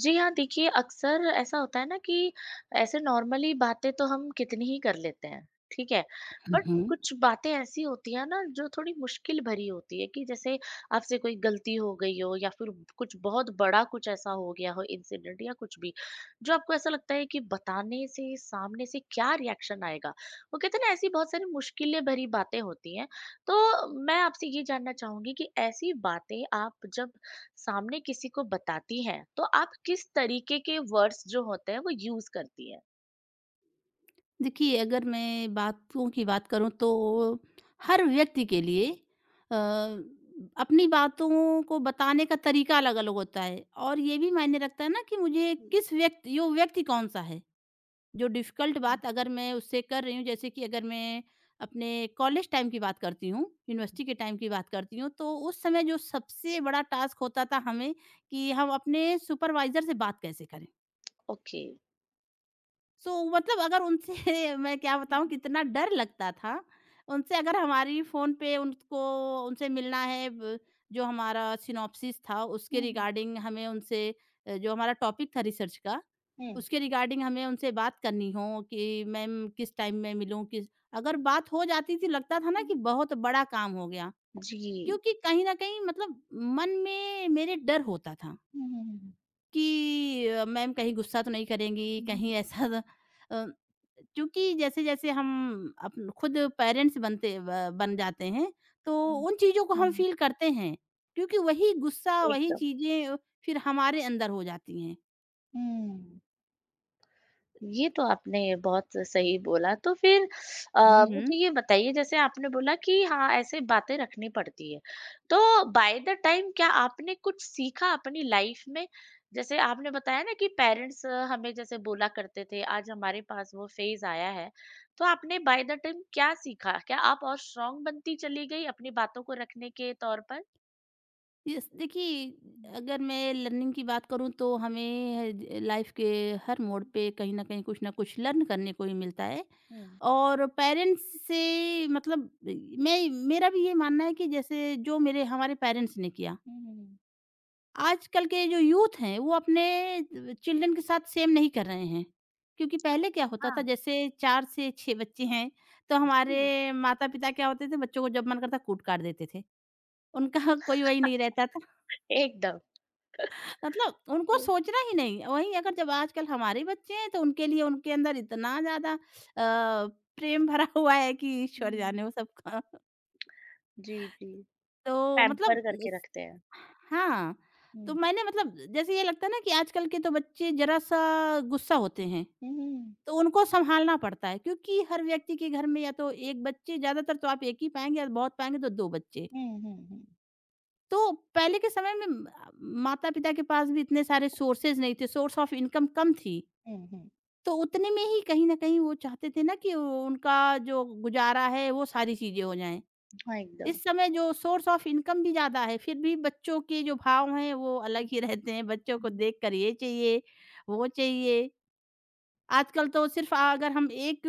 जी हाँ, देखिए अक्सर ऐसा होता है ना कि ऐसे नॉर्मली बातें तो हम कितनी ही कर लेते हैं, ठीक है? बट उहुँ। कुछ बातें ऐसी होती हैं ना जो थोड़ी मुश्किल भरी होती है कि जैसे आपसे कोई गलती हो गई हो या फिर कुछ बहुत बड़ा कुछ ऐसा हो गया हो इंसिडेंट या कुछ भी, जो आपको ऐसा लगता है कि बताने से सामने से क्या रिएक्शन आएगा? वो कहते हैं ना ऐसी बहुत सारी मुश्किलें भरी बातें होती हैं। तो मैं आपसे ये जानना चाहूँगी कि ऐसी बातें आप जब सामने किसी को बताती हैं तो आप किस तरीके के वर्ड्स जो होते हैं वो यूज करती है। देखिए, अगर मैं बातों की बात करूँ तो हर व्यक्ति के लिए अ, अपनी बातों को बताने का तरीका अलग-अलग होता है और ये भी मायने रखता है ना कि मुझे किस व्यक्ति कौन-सा है। जो डिफ़िकल्ट बात अगर मैं उससे कर रही हूँ, जैसे कि अगर मैं अपने कॉलेज टाइम की बात करती हूँ, यूनिवर्सिटी के टाइम की बात करती हूँ, तो उस समय जो सबसे बड़ा टास्क होता था हमें कि हम अपने सुपरवाइज़र से बात कैसे करें। ओके। सो मतलब अगर उनसे मैं क्या बताऊँ कितना डर लगता था। उनसे अगर हमारी फ़ोन पे उनको उनसे मिलना है, ब जो हमारा सिनॉप्सिस था उसके रिगार्डिंग हमें उनसे, जो हमारा टॉपिक था रिसर्च का, उसके रिगार्डिंग हमें उनसे बात करनी हो कि मैम किस टाइम में मिलूँ, किस अगर बात हो जाती थी लगता था ना कि बहुत बड़ा काम हो गया। जी। क्योंकि कहीं न कहीं मतलब मन में मेरे डर होता था कि मैम कहीं गुस्सा तो नहीं करेंगी, कहीं ऐसा, क्योंकि जैसे-जैसे हम अपन खुद पेरेंट्स बनते ब बन जाते हैं, तो उन चीज़ों को हम फ़ील करते हैं, क्योंकि वही गुस्सा, वही चीज़ें फिर हमारे अंदर हो जाती हैं। एकदम। ये तो आपने बहुत सही बोला। तो फिर अ, हुँ, हुँ। मुझे ये बताइए जैसे आपने बोला कि हाँ, ऐसे बातें रखनी पड़ती है। तो बाय द टाइम क्या आपने कुछ सीखा अपनी लाइफ में? जैसे आपने बताया ना कि पेरेंट्स हमें जैसे बोला करते थे, आज हमारे पास वो फेज़ आया है। तो आपने बाय द टाइम क्या सीखा? क्या आप और स्ट्रॉन्ग बनती चली गई अपनी बातों को रखने के तौर पर? यस, देखिए, हुँ। अगर मैं लर्निंग की बात करूँ तो हमें लाइफ के हर मोड़ पे कहीं न कहीं कुछ ना कुछ लर्न करने को ही मिलता है। हुँ। और पेरेंट्स से मतलब मैं मेरा भी ये मानना है कि जैसे जो मेरे हमारे पेरेंट्स ने किया, हुँ, हुँ, हुँ। आजकल के जो यूथ हैं वो अपने चिल्ड्रन के साथ सेम नहीं कर रहे हैं। क्योंकि पहले क्या होता था, हाँ, जैसे 4 से 6 बच्चे हैं, तो हुँ, हमारे माता-पिता क्या होते थे, बच्चों को जब मन करता कूट-काट देते थे। उनका कोई वही नहीं रहता, एकदम। मतलब उनको तो सोचना ही नहीं। वहीं अगर जब आजकल हमारे बच्चे हैं तो उनके लिए उनके अंदर इतना ज़्यादा, प्रेम भरा हुआ है कि ईश्वर हुँ, जाने वो सबका। जी, जी। तो पैम्पर मतलब करके इस रखते हैं। हाँ, तो हुँ। मैंने मतलब जैसे ये लगता है ना कि आजकल के तो बच्चे ज़रा-सा गुस्सा होते हैं, हुँ, हुँ। तो उनको सँभालना पड़ता है, क्योंकि हर व्यक्ति के घर में या तो 1 बच्चे, ज़्यादातर तो आप 1 ही पाएँगे या बहुत पाएँगे तो 2 बच्चे। हुँ, हुँ, हुँ। तो पहले के समय में म माता-पिता के पास भी इतने सारे सोर्सेज़ नहीं थे, सोर्स ऑफ इनकम कम थी। हुँ, हुँ। तो उतने में ही कहीं न कहीं वो चाहते थे ना कि वो उनका जो गुज़ारा है वो सारी चीज़ें हो जाएँ। हाँ, एकदम। इस समय जो सोर्स ऑफ इनकम भी ज़्यादा है, फिर भी बच्चों के जो भाव हैं वो अलग हुँ, ही रहते हैं। बच्चों को हुँ। देखकर ये चाहिए, वो चाहिए। आजकल तो सिर्फ़ अगर हम एक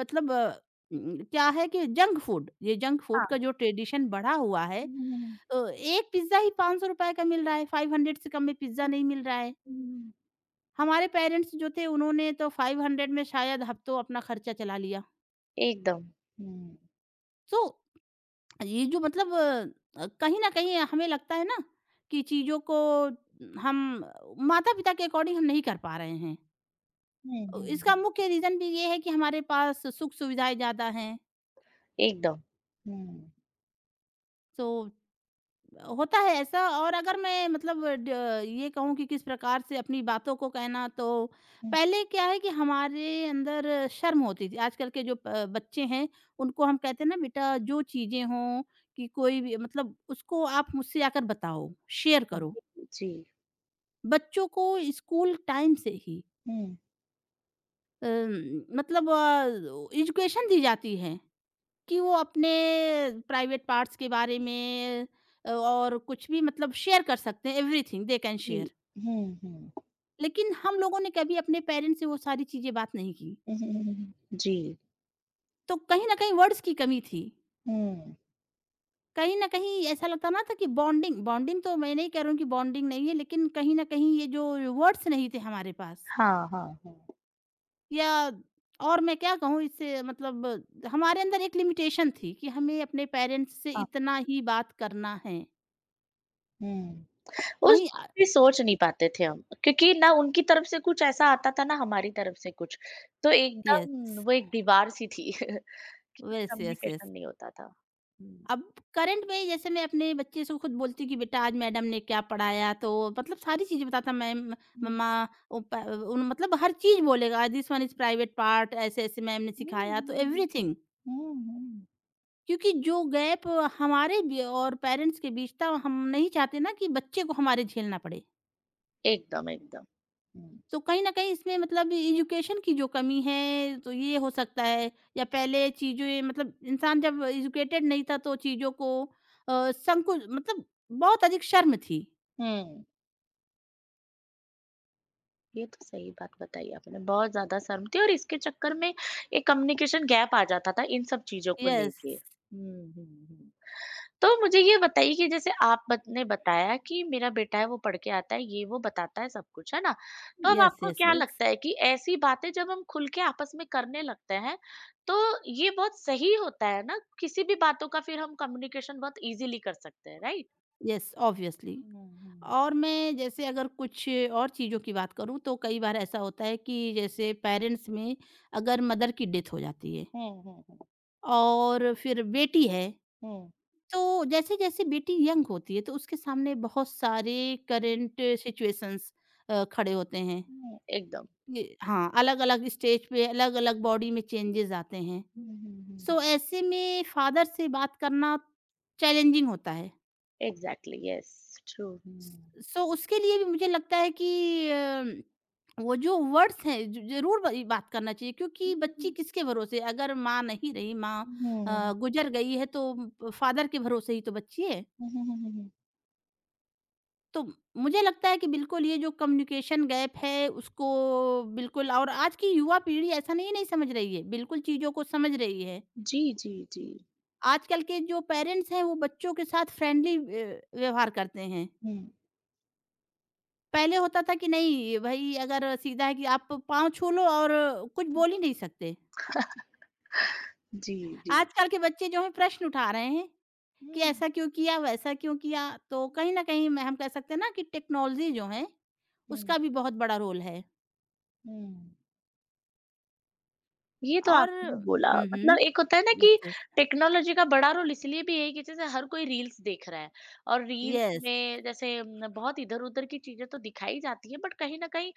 मतलब, क्या है कि जंक फूड, ये जंक फूड हाँ। का जो ट्रेडिशन बढ़ा हुआ है। हुँ, हुँ, हुँ। एक पिज़्ज़ा ही ₹500 का मिल रहा है, 500 से कम में पिज़्ज़ा नहीं मिल रहा है। हुँ। हमारे पेरेंट्स जो थे उन्होंने तो 500 में शायद हफ़्तों अपना खर्चा चला लिया। एकदम। हुँ। तो ये जो मतलब, कहीं न कहीं हमें लगता है ना कि चीज़ों को हम माता-पिता के अकॉर्डिंग हम नहीं कर पा रहे हैं। हुँ, हुँ, इसका हुँ। मुख्य रीज़न भी ये है कि हमारे पास सुख-सुविधाएँ ज़्यादा हैं, एकदम। हुँ। तो होता है ऐसा। और अगर मैं मतलब ड ये कहूँ कि किस प्रकार से अपनी बातों को कहना, तो हुँ, पहले क्या है कि हमारे अंदर शर्म होती थी। आजकल के जो प बच्चे हैं, उनको हम कहते हैं ना बेटा जो चीज़ें हों कि कोई भी मतलब उसको आप मुझसे आकर बताओ, शेयर करो। हुँ। जी। बच्चों को स्कूल टाइम से ही हुँ। अ, मतलब एजुकेशन दी जाती है कि वो अपने प्राइवेट पार्ट्स के बारे में, और कुछ भी मतलब शेयर कर सकते हैं, एवरीथिंग दे कैन जी। शेयर। हुँ, हुँ। लेकिन हम लोगों ने कभी अपने पेरेंट्स से वो सारी चीज़ें बात नहीं की। जी। तो कहीं न कहीं वर्ड्स की कमी थी। हुँ। कहीं न कहीं ऐसा लगता ना था कि बॉन्डिंग बॉन्डिंग तो मैं नहीं कह रही हूँ कि बॉन्डिंग नहीं है, लेकिन कहीं न कहीं ये जो वर्ड्स नहीं थे हमारे पास, हाँ, हाँ, हुँ। या और मैं क्या कहूँ, इससे मतलब हमारे अंदर एक लिमिटेशन थी कि हमें अपने पेरेंट्स से हाँ। इतना ही बात करना है। हुँ। उस वहीं, भी सोच नहीं पाते थे हम, क्योंकि ना उनकी तरफ से कुछ ऐसा आता था, ना हमारी तरफ से कुछ। तो यस, एकदम वो एक दीवार सी थी। कि कुछ यस, यस, कम्युनिकेशन यस। नहीं होता था। हुँ। अब करंट में जैसे मैं अपने बच्चे से खुद बोलती हूँ कि बेटा आज मैडम ने क्या पढ़ाया, तो मतलब सारी चीजें बताता, मैम, हुँ। मम्मा, ओ प- उन मतलब हर चीज बोलेगा, this one is private part, ऐसे ऐसे मैम ने हुँ, सिखाया, तो हुँ, एवरीथिंग। हुँ, हुँ। क्योंकि जो गैप हमारे और पेरेंट्स के बीच था, हम नहीं चाहते ना कि बच्चे को हमारे झेलना पड़े। एकदम, एकदम। हुँ। तो कहीं न कहीं इसमें मतलब एजुकेशन की जो कमी है, तो ये हो सकता है, या पहले चीज़ें मतलब इंसान जब एजुकेटेड नहीं था तो चीज़ों को, अ, संकुच मतलब बहुत अधिक शर्म थी। हुँ। ये तो सही बात बताई आपने, बहुत ज़्यादा शर्म थी और इसके चक्कर में एक कम्युनिकेशन गैप आ जाता था इन सब चीज़ों को यस, लेके। हुँ, हुँ, हुँ। तो मुझे ये बताइए कि जैसे आप बत ने बताया कि मेरा बेटा है वो पढ़ के आता है, ये वो बताता है सब कुछ, है ना? तो अब यस, आपको यस, क्या यस, लगता है कि ऐसी बातें जब हम खुल के आपस में करने लगते हैं, तो ये बहुत सही होता है ना? किसी भी बातों का फिर हम कम्युनिकेशन बहुत ईज़िली कर सकते हैं, राइट? Yes obviously. हुँ, हुँ। और मैं जैसे अगर कुछ और चीज़ों की बात करूँ, तो कई बार ऐसा होता है कि जैसे पेरेंट्स में अगर मदर की डेथ हो जाती है हुँ, हुँ, हुँ, हुँ। और फिर बेटी है, तो जैसे-जैसे बेटी यंग होती है तो उसके सामने बहुत सारे हुँ, करंट सिचुएशंस, खड़े होते हैं। हुँ, एकदम। ये हाँ, अलग-अलग स्टेज पे अलग-अलग बॉडी में चेंजेज़ आते हैं। सो Mm-hmm. ऐसे में फादर से बात करना चैलेंजिंग होता है। Exactly. Yes. True. स Hmm. सो उसके लिए भी मुझे लगता है कि वो जो वर्ड्स हैं, ज ज़रूर वही बात करना चाहिए, क्योंकि बच्ची किसके भरोसे, अगर माँ नहीं रही, माँ Hmm. गुज़र गई है तो फादर के भरोसे ही तो बच्ची है। Hmm. Hmm. Hmm. Hmm. तो मुझे लगता है कि बिल्कुल ये जो कम्युनिकेशन गैप है उसको, बिल्कुल, और आज की युवा पीढ़ी ऐसा नहीं नहीं समझ रही है, बिल्कुल चीज़ों को समझ रही है। आजकल के जो पेरेंट्स हैं वो बच्चों के साथ फ्रेंडली व्यवहार करते हैं। Hmm. Hmm. पहले होता था कि नहीं भई, अगर सीधा है कि आप पाँव छू लो और कुछ बोल ही नहीं सकते। Hmm. आजकल के बच्चे जो हैं प्रश्न उठा रहे हैं कि Hmm. Hmm. ऐसा क्यों किया, वैसा क्यों किया? तो कहीं न कहीं मैं हम कह सकते हैं ना कि टेक्नोलॉज़ी जो है Hmm. उसका भी बहुत बड़ा रोल है। Hmm. ये तो और आपने बोला हुँ, हुँ। मतलब एक होता है ना Yes, कि yes. टेक्नोलॉजी का बड़ा रोल इसलिए भी है कि जैसे हर कोई रील्स देख रहा है और रील्स Yes, में जैसे न, बहुत इधर-उधर की चीजें तो दिखाई जाती है बट कहीं ना कहीं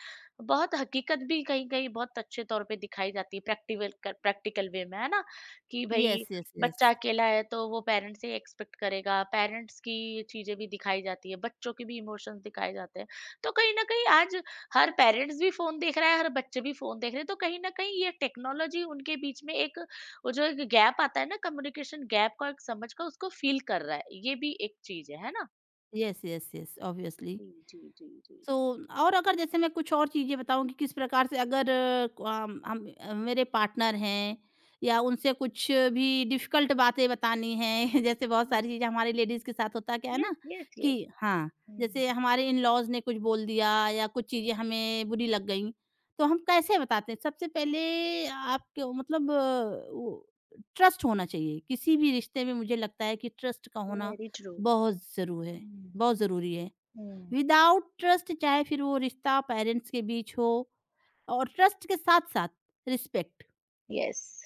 बहुत हकीकत भी कहीं-कहीं बहुत अच्छे तौर पे दिखाई जाती है प्रैक्टिकल प्रैक्टिकल वे में है ना कि yes, भाई yes, बच्चा yes. अकेला है तो वो पेरेंट्स से एक्सपेक्ट करेगा पेरेंट्स की चीजें भी दिखाई जाती है बच्चों के भी इमोशंस दिखाए जाते हैं तो कहीं ना कहीं आज हर पेरेंट्स भी फ़ोन देख रहा है, हर बच्चे भी फ़ोन देख रहे हैं, तो कहीं न कहीं ये टेक्नोलॉजी उनके बीच में एक वो जो एक गैप आता है ना कम्युनिकेशन गैप का एक समझ का उसको फ़ील कर रहा है, ये भी एक चीज़ है ना? Yes, yes, yes, obviously. जी, जी, जी, जी, सो जी। और अगर जैसे मैं कुछ और चीज़ें बताऊँ कि किस प्रकार से, अगर अम, हम- अ, मेरे पार्टनर हैं या उनसे कुछ भी डिफिकल्ट बातें बतानी हैं, जैसे बहुत Mm. सारी चीज़ें हमारे लेडीज़ के साथ होता क्या है ना Yes, yes, कि, yes. हाँ, Mm. जैसे हमारे इन लॉज ने कुछ बोल दिया या कुछ चीज़ें हमें बुरी लग गई, तो हम कैसे बताते हैं? सबसे पहले आपके मतलब ट्रस्ट होना चाहिए किसी भी रिश्ते में। मुझे लगता है कि ट्रस्ट का होना वेरी ट्रू। बहुत ज़रूर है, Mm. बहुत ज़रूरी है। Mm. विदाउट ट्रस्ट, चाहे फिर वो रिश्ता पेरेंट्स के बीच हो, और ट्रस्ट के साथ साथ रिस्पेक्ट। Yes.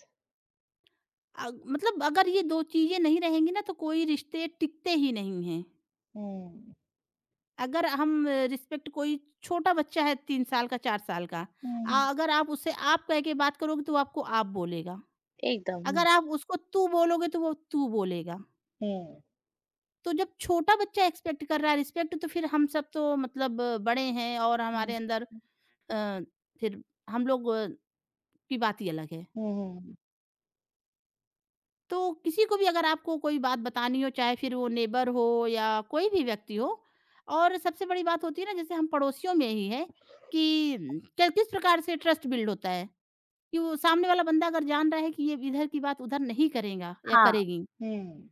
मतलब अगर ये दो चीजें नहीं रहेंगी ना तो कोई रिश्ते टिकते ही नहीं हैं। Mm. अगर हम रिस्पेक्ट, कोई छोटा बच्चा है 3 साल का, 4 साल का, Mhm. अगर आप उससे आप कह के बात करोगे तो वो आपको आप बोलेगा। एकदम। अगर आप उसको तू बोलोगे तो वो तू बोलेगा। हुँ। तो जब छोटा बच्चा एक्सपेक्ट कर रहा है रिस्पेक्ट, तो फिर हम सब तो मतलब बड़े हैं और हुँ। हमारे अंदर, हुँ। अ, फिर हम लोग की बात ही अलग है। हुँ। तो किसी को भी अगर आपको कोई बात बतानी हो, चाहे फिर वो नेबर हो या कोई भी व्यक्ति हो, और सबसे बड़ी बात होती है ना जैसे हम पड़ोसियों में ही है कि क किस प्रकार से ट्रस्ट बिल्ड होता है, कि वो सामने वाला बंदा अगर जान रहा है कि ये इधर की बात उधर नहीं करेगा या हाँ। करेगी, हुँ।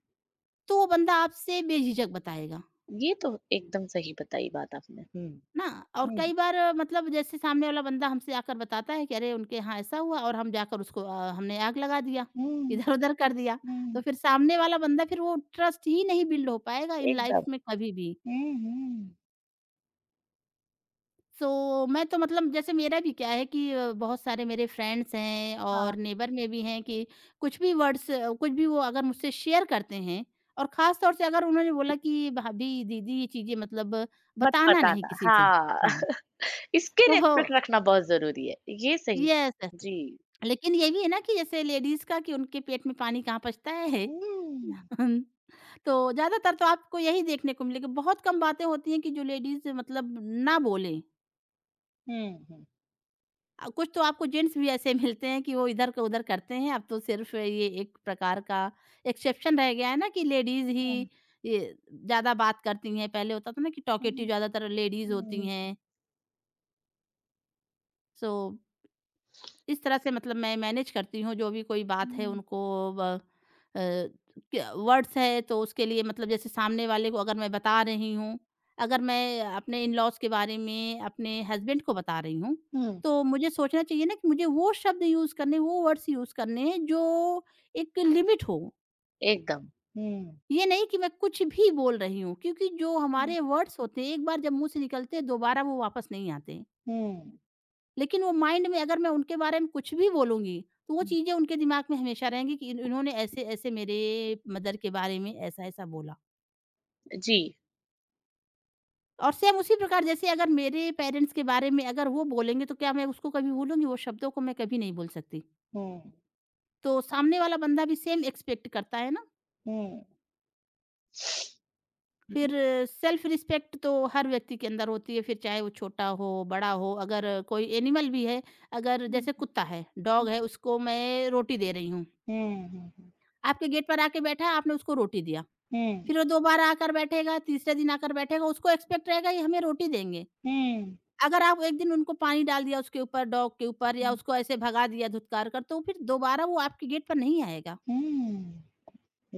तो वो बंदा आपसे बेझिझक बताएगा। ये तो एकदम सही बताई बात आपने। हुँ। ना, और हुँ। कई बार, मतलब जैसे सामने वाला बंदा हमसे आकर बताता है कि अरे उनके यहाँ ऐसा हुआ, और हम जाकर उसको, हमने आग लगा दिया, हुँ, इधर-उधर कर दिया। तो हुँ। फिर सामने वाला बंदा, फिर वो ट्रस्ट ही नहीं बिल्ड हो पाएगा इन लाइफ एकदम। में कभी भी। हुँ, हुँ। सो मैं तो मतलब जैसे मेरा भी क्या है कि बहुत सारे मेरे फ्रेंड्स हैं और हाँ, नेबर में भी हैं कि, कुछ भी वर्ड्स कुछ भी वो अगर मुझसे शेयर करते हैं, और ख़ास तौर से अगर उन्होंने बोला कि भाभी, दीदी, ये चीज़ें मतलब मत बताना नहीं बताना किसी से। हाँ, हाँ, इसकी तो रिस्पेक्ट रखना बहुत ज़रूरी है, ये सही। Yes, yes. जी। लेकिन ये भी है ना कि जैसे लेडीज़ का कि उनके पेट में पानी कहाँ पचता है। हुँ। तो ज़्यादातर तो आपको यही देखने को मिलेगा, बहुत कम बातें होती हैं कि जो लेडीज़ मतलब ना बोलें। हुँ, हुँ। कुछ तो आपको जेंट्स भी ऐसे मिलते हैं कि वो इधर का उधर करते हैं, अब तो सिर्फ़ ये एक प्रकार का एक्सेप्शन रह गया है ना कि लेडीज़ ही हुँ। ये ज़्यादा बात करती हैं। पहले होता था ना कि टॉकेटिव हुँ, ज़्यादातर लेडीज़ होती हुँ, हैं। सो इस तरह से मतलब मैं मैनेज करती हूँ जो भी कोई बात है हुँ, उनको, ब- अ, वर्ड्स है, तो उसके लिए मतलब जैसे सामने वाले को अगर मैं बता रही हूँ। अगर मैं अपने इन लॉज के बारे में अपने हस्बैंड को बता रही हूँ, हुँ। तो मुझे सोचना चाहिए ना कि मुझे वो शब्द यूज करने वो वर्ड्स यूज करने हैं जो एक लिमिट हो। एकदम। हुँ। ये नहीं कि मैं कुछ भी बोल रही हूँ, क्योंकि जो हुँ। हमारे वर्ड्स होते हैं एक बार जब मुंह से निकलते हैं दोबारा वो वापस नहीं आते। हुँ। लेकिन वो माइंड में अगर मैं उनके बारे में कुछ भी बोलूँगी, तो वो हुँ, चीज़ें उनके दिमाग में हमेशा रहेंगी कि इन इन्होंने ऐसे-ऐसे मेरे मदर के बारे में ऐसा-ऐसा बोला। जी। और सेम उसी प्रकार जैसे अगर मेरे पेरेंट्स के बारे में अगर वो बोलेंगे, तो क्या मैं उसको कभी भूलूँगी? वो शब्दों को मैं कभी नहीं भूल सकती। हुँ, तो सामने वाला बंदा भी सेम एक्सपेक्ट करता है ना। हुँ। फिर सेल्फ रिस्पेक्ट तो हर व्यक्ति के अंदर होती है, फिर चाहे वो छोटा हो, बड़ा हो, अगर कोई एनिमल भी है, अगर हुँ, जैसे हुँ, कुत्ता है, डॉग हुँ। है, उसको मैं रोटी दे रही हूँ। हुँ, हुँ, हुँ। आपके गेट पर आके बैठा है, आपने उसको रोटी दिया। हुँ, फिर वो दोबारा आकर बैठेगा, तीसरे दिन आकर बैठेगा, उसको एक्सपेक्ट रहेगा ये हमें रोटी देंगे। हुँ। अगर आप एक दिन उनको पानी डाल दिया उसके ऊपर, डॉग के ऊपर या उसको ऐसे भगा दिया धुतकार कर, तो फिर दोबारा वो आपके गेट पर नहीं आएगा। हुँ, हुँ।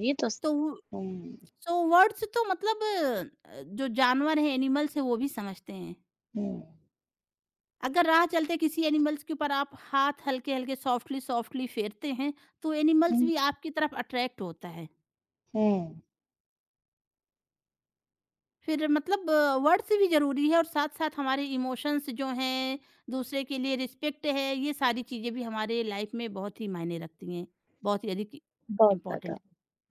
ये तो स। तो वो हुँ, सो वर्ड्स तो मतलब जो जानवर हैं, एनिमल्स हैं, वो भी समझते हैं। हुँ। अगर राह चलते किसी एनिमल्स के ऊपर आप हाथ हल्के-हल्के, सॉफ्टली सॉफ्टली फेरते हैं, तो एनिमल्स हुँ। भी आपकी तरफ अट्रैक्ट होता है। हुँ। फिर मतलब वर्ड्स भी ज़रूरी है और साथ-साथ हमारे इमोशंस जो हैं, दूसरे के लिए रिस्पेक्ट है, ये सारी चीज़ें भी हमारे लाइफ में बहुत ही मायने रखती हैं। बहुत ही अधिक बहुत ज़्यादा। इम्पोर्टेंट।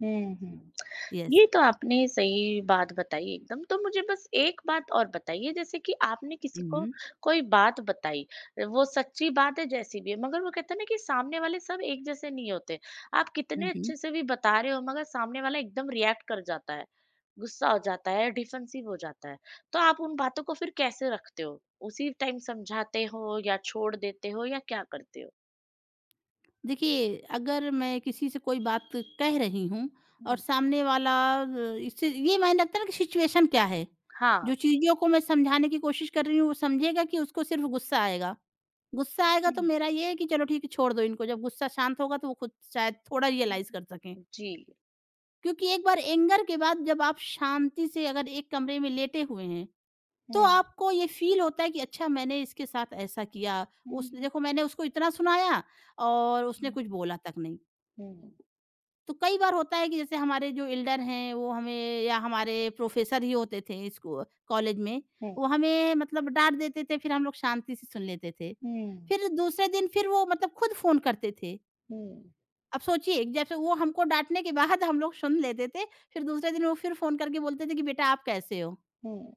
हुँ, हुँ। यस। ये तो आपने सही बात बताई एकदम। तो मुझे बस एक बात और बताइए जैसे कि आपने किसी हुँ, को हुँ। कोई बात बताई, वो सच्ची बात है जैसी भी है, मगर वो कहते हैं ना कि सामने वाले सब एक जैसे नहीं होते। आप हुँ, कितने हुँ। अच्छे से भी बता रहे हो मगर सामने वाला एकदम रिएक्ट कर जाता है, गुस्सा हो जाता है, डिफेंसिव हो जाता है। तो आप उन बातों को फिर कैसे रखते हो? उसी टाइम समझाते हो या छोड़ देते हो या क्या करते हो? देखिए, अगर मैं किसी से कोई बात कह रही हूँ और हुँ। सामने वाला अ, इससे ये मायने रखता है ना कि सिचुएशन क्या है? हाँ। जो चीज़ों को मैं समझाने की कोशिश कर रही हूँ, वो समझेगा कि उसको सिर्फ़ गुस्सा आएगा? गुस्सा आएगा तो हुँ, मेरा ये है कि चलो ठीक है, छोड़ दो इनको, जब गुस्सा शांत होगा तो वो खुद शायद थोड़ा हुँ, रियलाइज़ कर सकें। हुँ। जी। क्योंकि एक बार एंगर के बाद जब आप शांति से अगर एक कमरे में लेटे हुए हैं, तो हुँ, आपको ये फ़ील होता है कि अच्छा मैंने इसके साथ ऐसा किया, हुँ, उसने हुँ, देखो मैंने उसको इतना सुनाया और उसने हुँ। कुछ बोला तक नहीं। हुँ। तो कई बार होता है कि जैसे हमारे जो एल्डर हैं वो हमें या हमारे प्रोफेसर ही होते थे स्कू कॉलेज में, हुँ, वो हमें मतलब डाँट देते थे, फिर हम लोग शांति से सुन लेते थे। हुँ, फिर दूसरे दिन फिर वो मतलब खुद फ़ोन करते थे। हुँ, अब सोचिए जैसे वो हमको डाँटने के बाद हम लोग सुन लेते थे, फिर दूसरे दिन वो फिर फ़ोन करके बोलते थे कि बेटा आप कैसे हो? हुँ,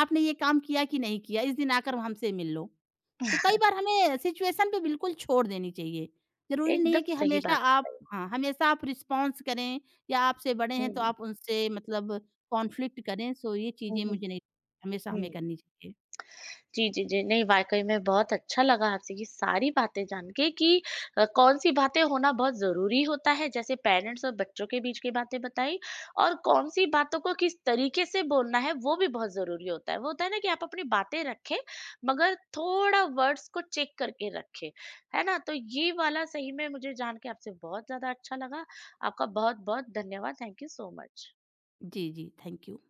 आपने ये काम किया कि नहीं किया? इस दिन आकर हमसे मिल लो। तो कई बार हमें सिचुएशन पे बिल्कुल छोड़ देनी चाहिए। ज़रूरी नहीं है एकदम कि सही हमेशा बात। आप हाँ, हमेशा आप रिस्पॉन्स करें या आपसे बड़े हैं तो हुँ, आप उनसे मतलब कॉन्फ्लिक्ट करें। सो ये हुँ, चीज़ें हुँ, मुझे नहीं हमेशा हमें हुँ। करनी चाहिए। जी, जी, जी। नहीं वाक़ई में बहुत अच्छा लगा आपसे ये सारी बातें जान के कि कौन-सी बातें होना बहुत ज़रूरी होता है, जैसे पेरेंट्स और बच्चों के बीच की बातें बताई और कौन-सी बातों को किस तरीके से बोलना है, वो भी बहुत ज़रूरी होता है। वो होता है ना कि आप अपनी बातें रखें, मगर थोड़ा वर्ड्स को चेक करके रखें, है ना? तो ये वाला सही में मुझे जान के आपसे बहुत ज़्यादा अच्छा लगा। आपका बहुत-बहुत धन्यवाद। Thank you so much. जी, जी। Thank you.